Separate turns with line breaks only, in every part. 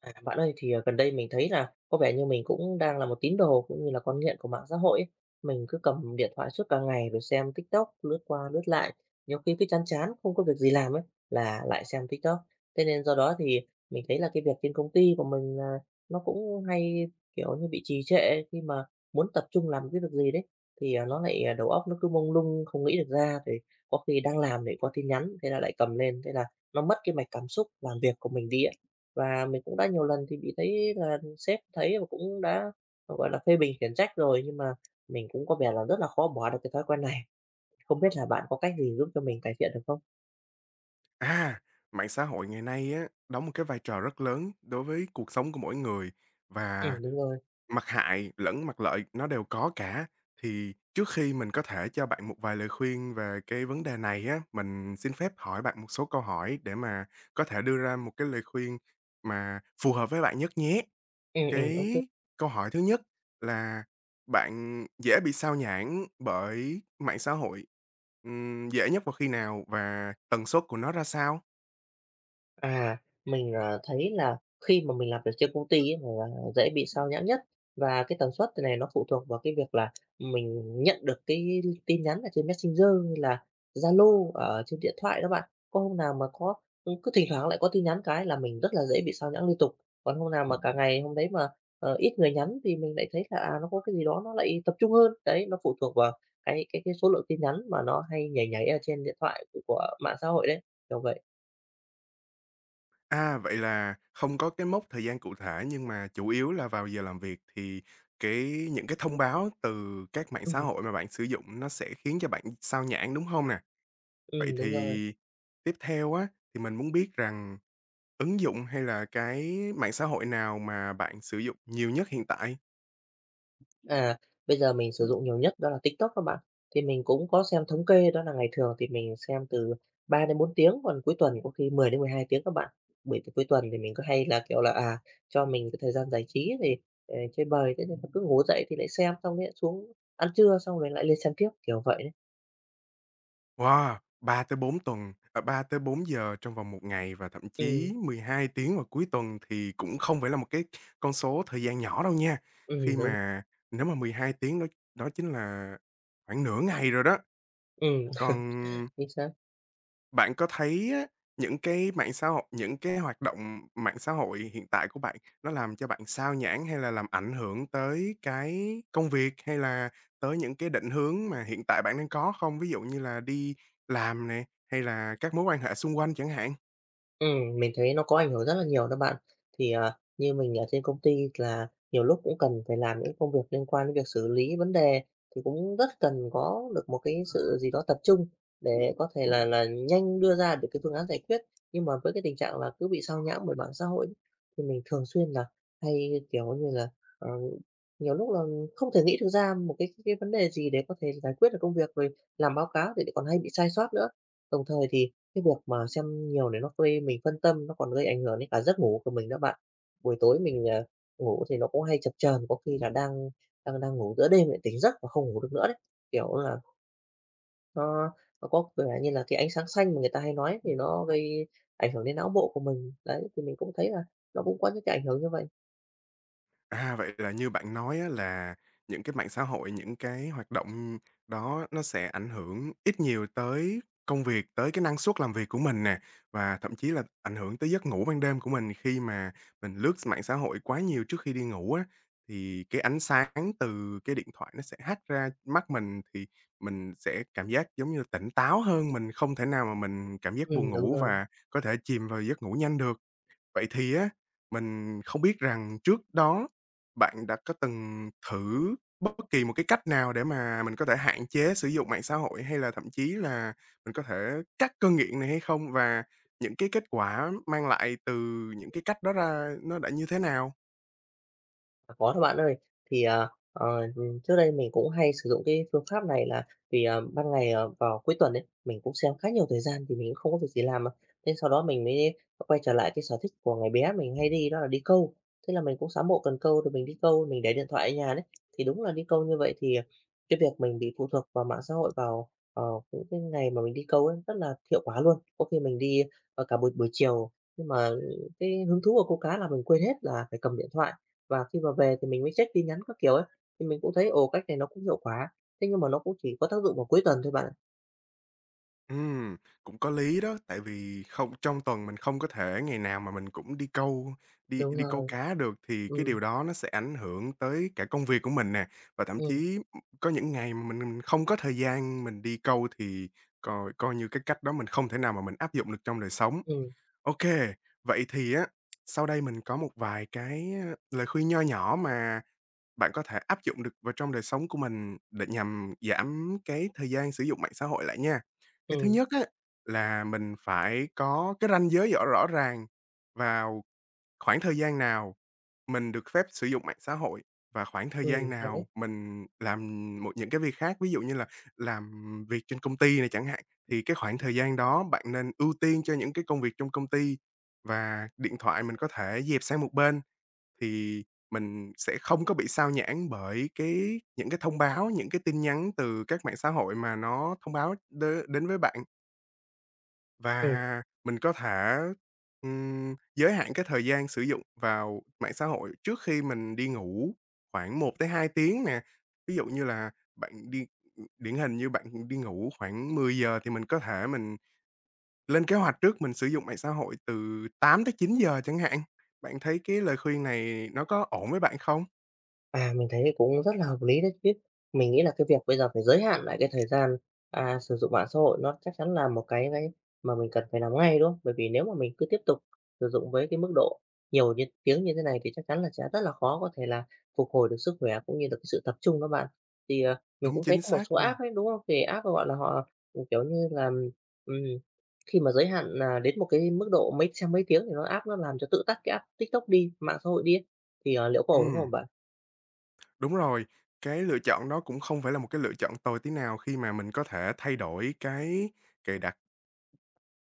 À, bạn ơi, thì, gần đây mình thấy là có vẻ như mình cũng đang là một tín đồ cũng như là con nghiện của mạng xã hội ấy. Mình cứ cầm điện thoại suốt cả ngày rồi xem TikTok, lướt qua lướt lại, nhiều khi cứ chán chán không có việc gì làm ấy, là lại xem TikTok. Thế nên do đó thì mình thấy là cái việc trên công ty của mình là nó cũng hay, kiểu như, bị trì trệ ấy. Khi mà muốn tập trung làm cái việc gì đấy, thì, nó lại, đầu óc nó cứ mông lung không nghĩ được ra, thì có khi đang làm lại có tin nhắn, thế là lại cầm lên, thế là nó mất cái mạch cảm xúc làm việc của mình đi ấy. Và mình cũng đã nhiều lần thì bị thấy là sếp thấy và cũng đã, gọi là, phê bình khiển trách rồi, nhưng mà mình cũng có vẻ là rất là khó bỏ được cái thói quen này. Không biết là bạn có cách gì giúp cho mình cải thiện được không?
À, mạng xã hội ngày nay á, đóng một cái vai trò rất lớn đối với cuộc sống của mỗi người và
Đúng rồi.
mặt hại lẫn mặt lợi nó đều có cả. Thì trước khi mình có thể cho bạn một vài lời khuyên về cái vấn đề này á, mình xin phép hỏi bạn một số câu hỏi để mà có thể đưa ra một cái lời khuyên mà phù hợp với bạn nhất nhé.
OK.
Cái câu hỏi thứ nhất là bạn dễ bị sao nhãng bởi mạng xã hội, dễ nhất vào khi nào và tần suất của nó ra sao?
À, mình, thấy là khi mà mình làm việc trên công ty ấy là dễ bị sao nhãng nhất và cái tần suất này nó phụ thuộc vào cái việc là mình nhận được cái tin nhắn ở trên Messenger hay là Zalo ở trên điện thoại đó bạn. Có hôm nào mà có cứ thỉnh thoảng lại có tin nhắn cái là mình rất là dễ bị sao nhãng liên tục. Còn hôm nào mà cả ngày hôm đấy mà, ít người nhắn thì mình lại thấy là, nó có cái gì đó nó lại tập trung hơn. Đấy, nó phụ thuộc vào cái số lượng tin nhắn mà nó hay nhảy nhảy ở trên điện thoại của mạng xã hội đấy, kiểu vậy.
À, vậy là không có cái mốc thời gian cụ thể nhưng mà chủ yếu là vào giờ làm việc thì cái những cái thông báo từ các mạng xã
Ừm.
hội mà bạn sử dụng nó sẽ khiến cho bạn xao nhãng, đúng hông nè?
Ừ,
Vậy
đúng rồi.
thì tiếp theo á, thì mình muốn biết rằng ứng dụng hay là cái mạng xã hội nào mà bạn sử dụng nhiều nhất hiện tại?
À, bây giờ mình sử dụng nhiều nhất đó là TikTok các bạn. Thì mình cũng có xem thống kê đó là ngày thường thì mình xem từ 3 đến 4 tiếng, còn cuối tuần có khi 10 đến 12 tiếng các bạn. Bởi vì cuối tuần thì mình có hay là, kiểu là, cho mình cái thời gian giải trí thì, chơi bời, thế nên là cứ ngủ dậy thì lại xem, xong thế lại xuống ăn trưa, xong rồi lại lên xem tiếp, kiểu vậy đấy.
Wow! 3 tới 4 tuần à, 3 tới 4 giờ trong vòng một ngày và thậm
Ừ,
chí 12 tiếng vào cuối tuần thì cũng không phải là một cái con số thời gian nhỏ đâu nha. Khi
đúng.
mà nếu mà 12 tiếng đó đó chính là khoảng nửa ngày rồi đó.
Ừ
Còn
chính xác.
bạn có thấy á, những cái mạng xã hội những cái hoạt động mạng xã hội hiện tại của bạn nó làm cho bạn sao nhãng hay là làm ảnh hưởng tới cái công việc, hay là tới những cái định hướng mà hiện tại bạn đang có không? Ví dụ như là đi làm nè, hay là các mối quan hệ xung quanh chẳng hạn?
Mình thấy nó có ảnh hưởng rất là nhiều đó bạn. Thì, như mình ở trên công ty là nhiều lúc cũng cần phải làm những công việc liên quan đến việc xử lý vấn đề, thì cũng rất cần có được một cái sự gì đó tập trung để có thể là nhanh đưa ra được cái phương án giải quyết. Nhưng mà với cái tình trạng là cứ bị sao nhãng bởi mạng xã hội ấy, thì mình thường xuyên là hay, kiểu như là, ờ, nhiều lúc là không thể nghĩ được ra một cái vấn đề gì để có thể giải quyết được công việc, rồi làm báo cáo thì lại còn hay bị sai sót nữa. Đồng thời thì cái việc mà xem nhiều này nó gây mình phân tâm, nó còn gây ảnh hưởng đến cả giấc ngủ của mình đó bạn. Buổi tối mình, ngủ thì nó cũng hay chập chờn, có khi là đang đang đang ngủ giữa đêm lại tỉnh giấc và không ngủ được nữa đấy. Kiểu là, nó nó có vẻ như là cái ánh sáng xanh mà người ta hay nói thì nó gây ảnh hưởng đến não bộ của mình. Đấy, thì mình cũng thấy là nó cũng có những cái ảnh hưởng như vậy.
À, vậy là như bạn nói á là những cái mạng xã hội, những cái hoạt động đó nó sẽ ảnh hưởng ít nhiều tới công việc, tới cái năng suất làm việc của mình nè, và thậm chí là ảnh hưởng tới giấc ngủ ban đêm của mình khi mà mình lướt mạng xã hội quá nhiều trước khi đi ngủ á, thì cái ánh sáng từ cái điện thoại nó sẽ hắt ra mắt mình thì mình sẽ cảm giác giống như tỉnh táo hơn, mình không thể nào mà mình cảm giác
Ừ,
buồn
đúng
ngủ
rồi.
và có thể chìm vào giấc ngủ nhanh được. Vậy thì á, mình không biết rằng trước đó bạn đã có từng thử bất kỳ một cái cách nào để mà mình có thể hạn chế sử dụng mạng xã hội, hay là thậm chí là mình có thể cắt cơn nghiện này hay không? Và những cái kết quả mang lại từ những cái cách đó ra nó đã như thế nào?
À, có đó bạn ơi. Thì, trước đây mình cũng hay sử dụng cái phương pháp này là vì, ban ngày, vào cuối tuần ấy, mình cũng xem khá nhiều thời gian thì mình cũng không có việc gì làm mà. Thế sau đó mình mới quay trở lại cái sở thích của ngày bé mình hay đi đó là đi câu. Thế là mình cũng sắm bộ cần câu rồi mình đi câu, mình để điện thoại ở nhà đấy. Thì đúng là đi câu như vậy thì cái việc mình bị phụ thuộc vào mạng xã hội vào, những cái ngày mà mình đi câu ấy rất là hiệu quả luôn. Có khi mình đi, cả buổi buổi chiều, nhưng mà cái hứng thú của câu cá là mình quên hết là phải cầm điện thoại. Và khi mà về thì mình mới check tin nhắn các kiểu ấy, thì mình cũng thấy, ồ, cách này nó cũng hiệu quả, thế nhưng mà nó cũng chỉ có tác dụng vào cuối tuần thôi bạn ạ.
Ừm, cũng có lý đó, tại vì không trong tuần mình không có thể ngày nào mà mình cũng đi câu đi
Đúng
đi câu
rồi,
cá được, thì cái
ừm,
điều đó nó sẽ ảnh hưởng tới cả công việc của mình nè, và thậm
ừm,
chí, có những ngày mà mình không có thời gian mình đi câu thì coi coi như cái cách đó mình không thể nào mà mình áp dụng được trong đời sống.
ừm,
OK, vậy thì á, sau đây mình có một vài cái, lời khuyên nho nhỏ mà bạn có thể áp dụng được vào trong đời sống của mình để nhằm giảm cái thời gian sử dụng mạng xã hội lại nha. Cái thứ
ừm,
nhất á, là mình phải có cái ranh giới rõ rõ ràng vào khoảng thời gian nào mình được phép sử dụng mạng xã hội và khoảng thời gian
hay đấy.
nào mình làm những cái việc khác, ví dụ như là làm việc trên công ty này chẳng hạn, thì cái khoảng thời gian đó bạn nên ưu tiên cho những cái công việc trong công ty và điện thoại mình có thể dẹp sang một bên. Thì mình sẽ không có bị sao nhãng bởi cái những cái thông báo, những cái tin nhắn từ các mạng xã hội mà nó thông báo đến với bạn.
Ừm.
Và mình có thể, giới hạn cái thời gian sử dụng vào mạng xã hội trước khi mình đi ngủ khoảng 1 tới 2 tiếng nè. Ví dụ như là bạn đi điển hình như bạn đi ngủ khoảng 10 giờ thì mình có thể mình lên kế hoạch trước, mình sử dụng mạng xã hội từ 8 tới 9 giờ chẳng hạn. Bạn thấy cái lời khuyên này nó có ổn với bạn không?
À, mình thấy cũng rất là hợp lý đấy chứ. Mình nghĩ là cái việc bây giờ phải giới hạn lại cái thời gian, sử dụng mạng xã hội nó chắc chắn là một cái mà mình cần phải làm ngay, đúng không? Bởi vì nếu mà mình cứ tiếp tục sử dụng với cái mức độ nhiều như tiếng như thế này thì chắc chắn là sẽ rất là khó có thể là phục hồi được sức khỏe cũng như là cái sự tập trung các bạn. Thì, mình
Đúng,
cũng thấy
chính
có một
xác
số
luôn.
app ấy, đúng không? Thì app, gọi là, họ, kiểu như là, ừm, khi mà giới hạn, đến một cái mức độ mấy xem mấy tiếng thì nó app nó làm cho tự tắt cái app TikTok đi, mạng xã hội đi ấy. Thì, liệu có ổn
Ừm,
không bạn?
đúng rồi. Cái lựa chọn đó cũng không phải là một cái lựa chọn tồi tí nào khi mà mình có thể thay đổi cái cài đặt.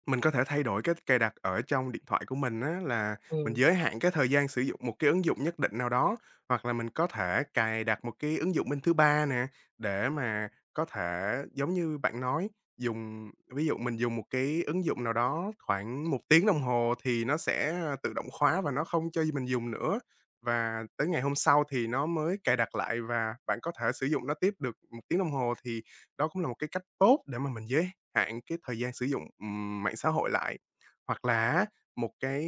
Mình có thể thay đổi cái cài đặt ở trong điện thoại của mình á, là mình
Ừm.
giới hạn cái thời gian sử dụng một cái ứng dụng nhất định nào đó, hoặc là mình có thể cài đặt một cái ứng dụng bên thứ ba nè, để mà có thể, giống như bạn nói, dùng ví dụ mình dùng một cái ứng dụng nào đó khoảng 1 tiếng đồng hồ thì nó sẽ tự động khóa và nó không cho mình dùng nữa, và tới ngày hôm sau thì nó mới cài đặt lại và bạn có thể sử dụng nó tiếp được 1 tiếng đồng hồ, thì đó cũng là một cái cách tốt để mà mình giới hạn cái thời gian sử dụng, mạng xã hội lại. Hoặc là á, một cái,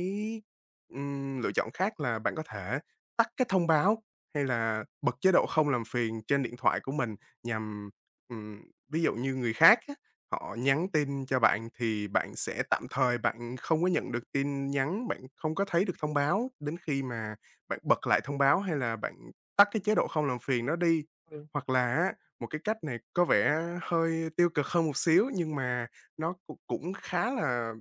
lựa chọn khác là bạn có thể tắt cái thông báo hay là bật chế độ không làm phiền trên điện thoại của mình nhằm, ừm, ví dụ như người khác á, họ nhắn tin cho bạn thì bạn sẽ tạm thời bạn không có nhận được tin nhắn, bạn không có thấy được thông báo đến khi mà bạn bật lại thông báo hay là bạn tắt cái chế độ không làm phiền đó đi.
Ừm,
Hoặc là á, một cái cách này có vẻ hơi tiêu cực hơn một xíu, nhưng mà nó cũng cũng khá là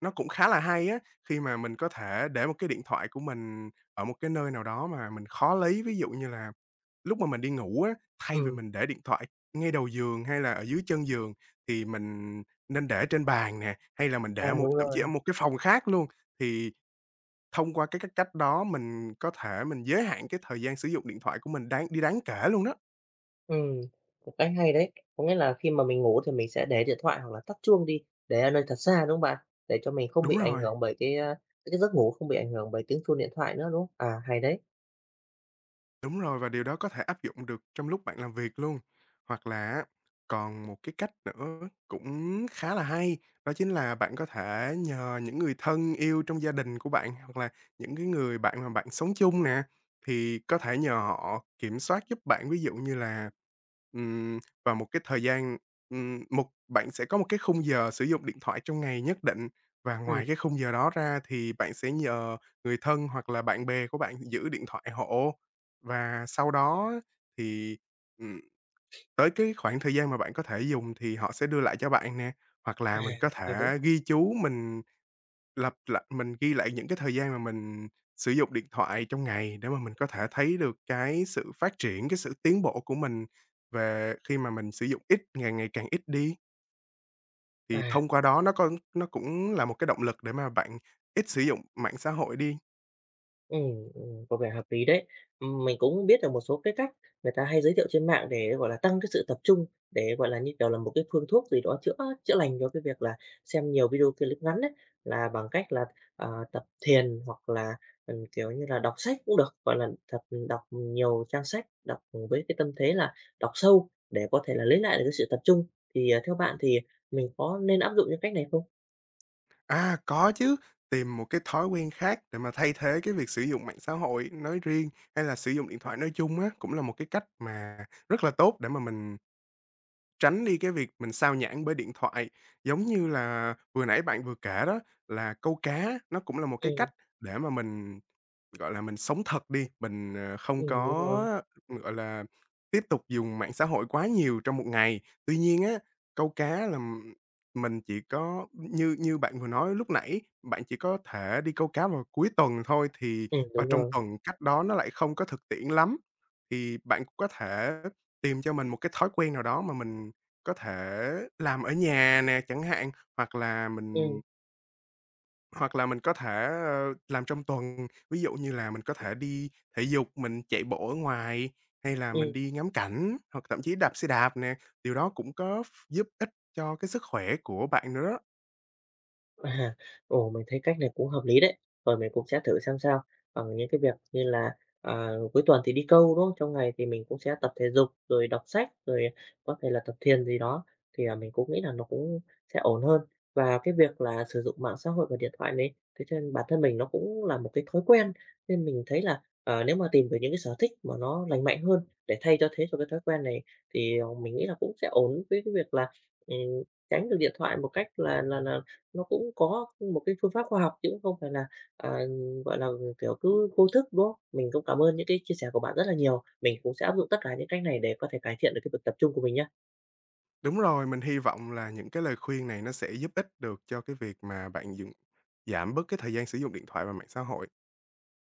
nó cũng khá là hay á, khi mà mình có thể để một cái điện thoại của mình ở một cái nơi nào đó mà mình khó lấy. Ví dụ như là lúc mà mình đi ngủ á, thay vì
ừm,
mình để điện thoại ngay đầu giường hay là ở dưới chân giường thì mình nên để trên bàn nè, hay là mình để
đúng
thậm chí ở
rồi,
một cái phòng khác luôn. Thì thông qua cái cách cách đó mình có thể mình giới hạn cái thời gian sử dụng điện thoại của mình đáng kể luôn đó.
ừm, một cách hay đấy. Có nghĩa là khi mà mình ngủ thì mình sẽ để điện thoại hoặc là tắt chuông đi, để ở nơi thật xa, đúng không bạn? Để cho mình không bị
Đúng
ảnh
rồi.
hưởng bởi cái giấc ngủ không bị ảnh hưởng bởi tiếng chuông điện thoại nữa, đúng không? À, hay đấy,
Đúng rồi, và điều đó có thể áp dụng được trong lúc bạn làm việc luôn. Hoặc là còn một cái cách nữa cũng khá là hay, đó chính là bạn có thể nhờ những người thân yêu trong gia đình của bạn, hoặc là những cái người bạn mà bạn sống chung nè, thì có thể nhờ họ kiểm soát giúp bạn. Ví dụ như là, ừm, vào một cái thời gian, một bạn sẽ có một cái khung giờ sử dụng điện thoại trong ngày nhất định, và
ừm,
ngoài cái khung giờ đó ra thì bạn sẽ nhờ người thân hoặc là bạn bè của bạn giữ điện thoại hộ. Và sau đó thì, ừm, tới cái khoảng thời gian mà bạn có thể dùng thì họ sẽ đưa lại cho bạn nè, hoặc
à,
là mình có
hay đấy,
thể ghi chú, mình ghi lại những cái thời gian mà mình sử dụng điện thoại trong ngày để mà mình có thể thấy được cái sự phát triển, cái sự tiến bộ của mình về khi mà mình sử dụng ít, ngày ngày càng ít đi.
à.
Thì thông qua đó nó cũng là một cái động lực để mà bạn ít sử dụng mạng xã hội đi.
Ừ, ừ, có vẻ hợp lý đấy. Mình cũng biết được một số cái cách người ta hay giới thiệu trên mạng để, gọi là, tăng cái sự tập trung, để, gọi là, như kiểu là, một cái phương thuốc gì đó chữa chữa lành cho cái việc là xem nhiều video clip ngắn đấy là bằng cách là, tập thiền hoặc là, kiểu như là, đọc sách cũng được, gọi là, tập đọc nhiều trang sách, đọc với cái tâm thế là đọc sâu để có thể là lấy lại được cái sự tập trung. Thì, theo bạn thì mình có nên áp dụng những cách này không?
À, có chứ, tìm một cái thói quen khác để mà thay thế cái việc sử dụng mạng xã hội nói riêng, hay là sử dụng điện thoại nói chung á, cũng là một cái cách mà rất là tốt để mà mình tránh đi cái việc mình xao nhãng bởi điện thoại. Giống như là vừa nãy bạn vừa kể đó, là câu cá, nó cũng là một
Ừ,
cái cách để mà mình. Gọi là, mình sống thật đi, mình, không
đúng rồi.
có, gọi là, tiếp tục dùng mạng xã hội quá nhiều trong một ngày. Tuy nhiên á, câu cá là mình chỉ có như như bạn vừa nói lúc nãy, bạn chỉ có thể đi câu cá vào cuối tuần thôi, thì
Ừ,
và
đúng
trong
rồi.
tuần cách đó nó lại không có thực tiễn lắm. Thì bạn cũng có thể tìm cho mình một cái thói quen nào đó mà mình có thể làm ở nhà nè chẳng hạn, hoặc là
Ừ,
mình hoặc là mình có thể, làm trong tuần, ví dụ như là mình có thể đi thể dục, mình chạy bộ ở ngoài, hay là
ừ.
mình đi ngắm cảnh, hoặc thậm chí đạp xe đạp nè, điều đó cũng có giúp ích cho cái sức khỏe của bạn nữa đó.
À, ồ, mình thấy cách này cũng hợp lý đấy. Rồi mình cũng sẽ thử xem sao. Bằng những cái việc như là cuối tuần thì đi câu đúng không? Trong ngày thì mình cũng sẽ tập thể dục, rồi đọc sách, rồi có thể là tập thiền gì đó. Thì mình cũng nghĩ là nó cũng sẽ ổn hơn. Và cái việc là sử dụng mạng xã hội và điện thoại này, thế cho nên bản thân mình nó cũng là một cái thói quen. Nên mình thấy là nếu mà tìm được những cái sở thích mà nó lành mạnh hơn để thay cho thế cho cái thói quen này thì mình nghĩ là cũng sẽ ổn với cái việc là ừ, tránh được điện thoại một cách là nó cũng có một cái phương pháp khoa học chứ cũng không phải là, à, gọi là, kiểu, cứ vô thức, đúng không? Mình cũng cảm ơn những cái chia sẻ của bạn rất là nhiều. Mình cũng sẽ áp dụng tất cả những cách này để có thể cải thiện được cái việc tập trung của mình nhá.
Đúng rồi, mình hy vọng là những cái lời khuyên này nó sẽ giúp ích được cho cái việc mà bạn giảm bớt cái thời gian sử dụng điện thoại và mạng xã hội.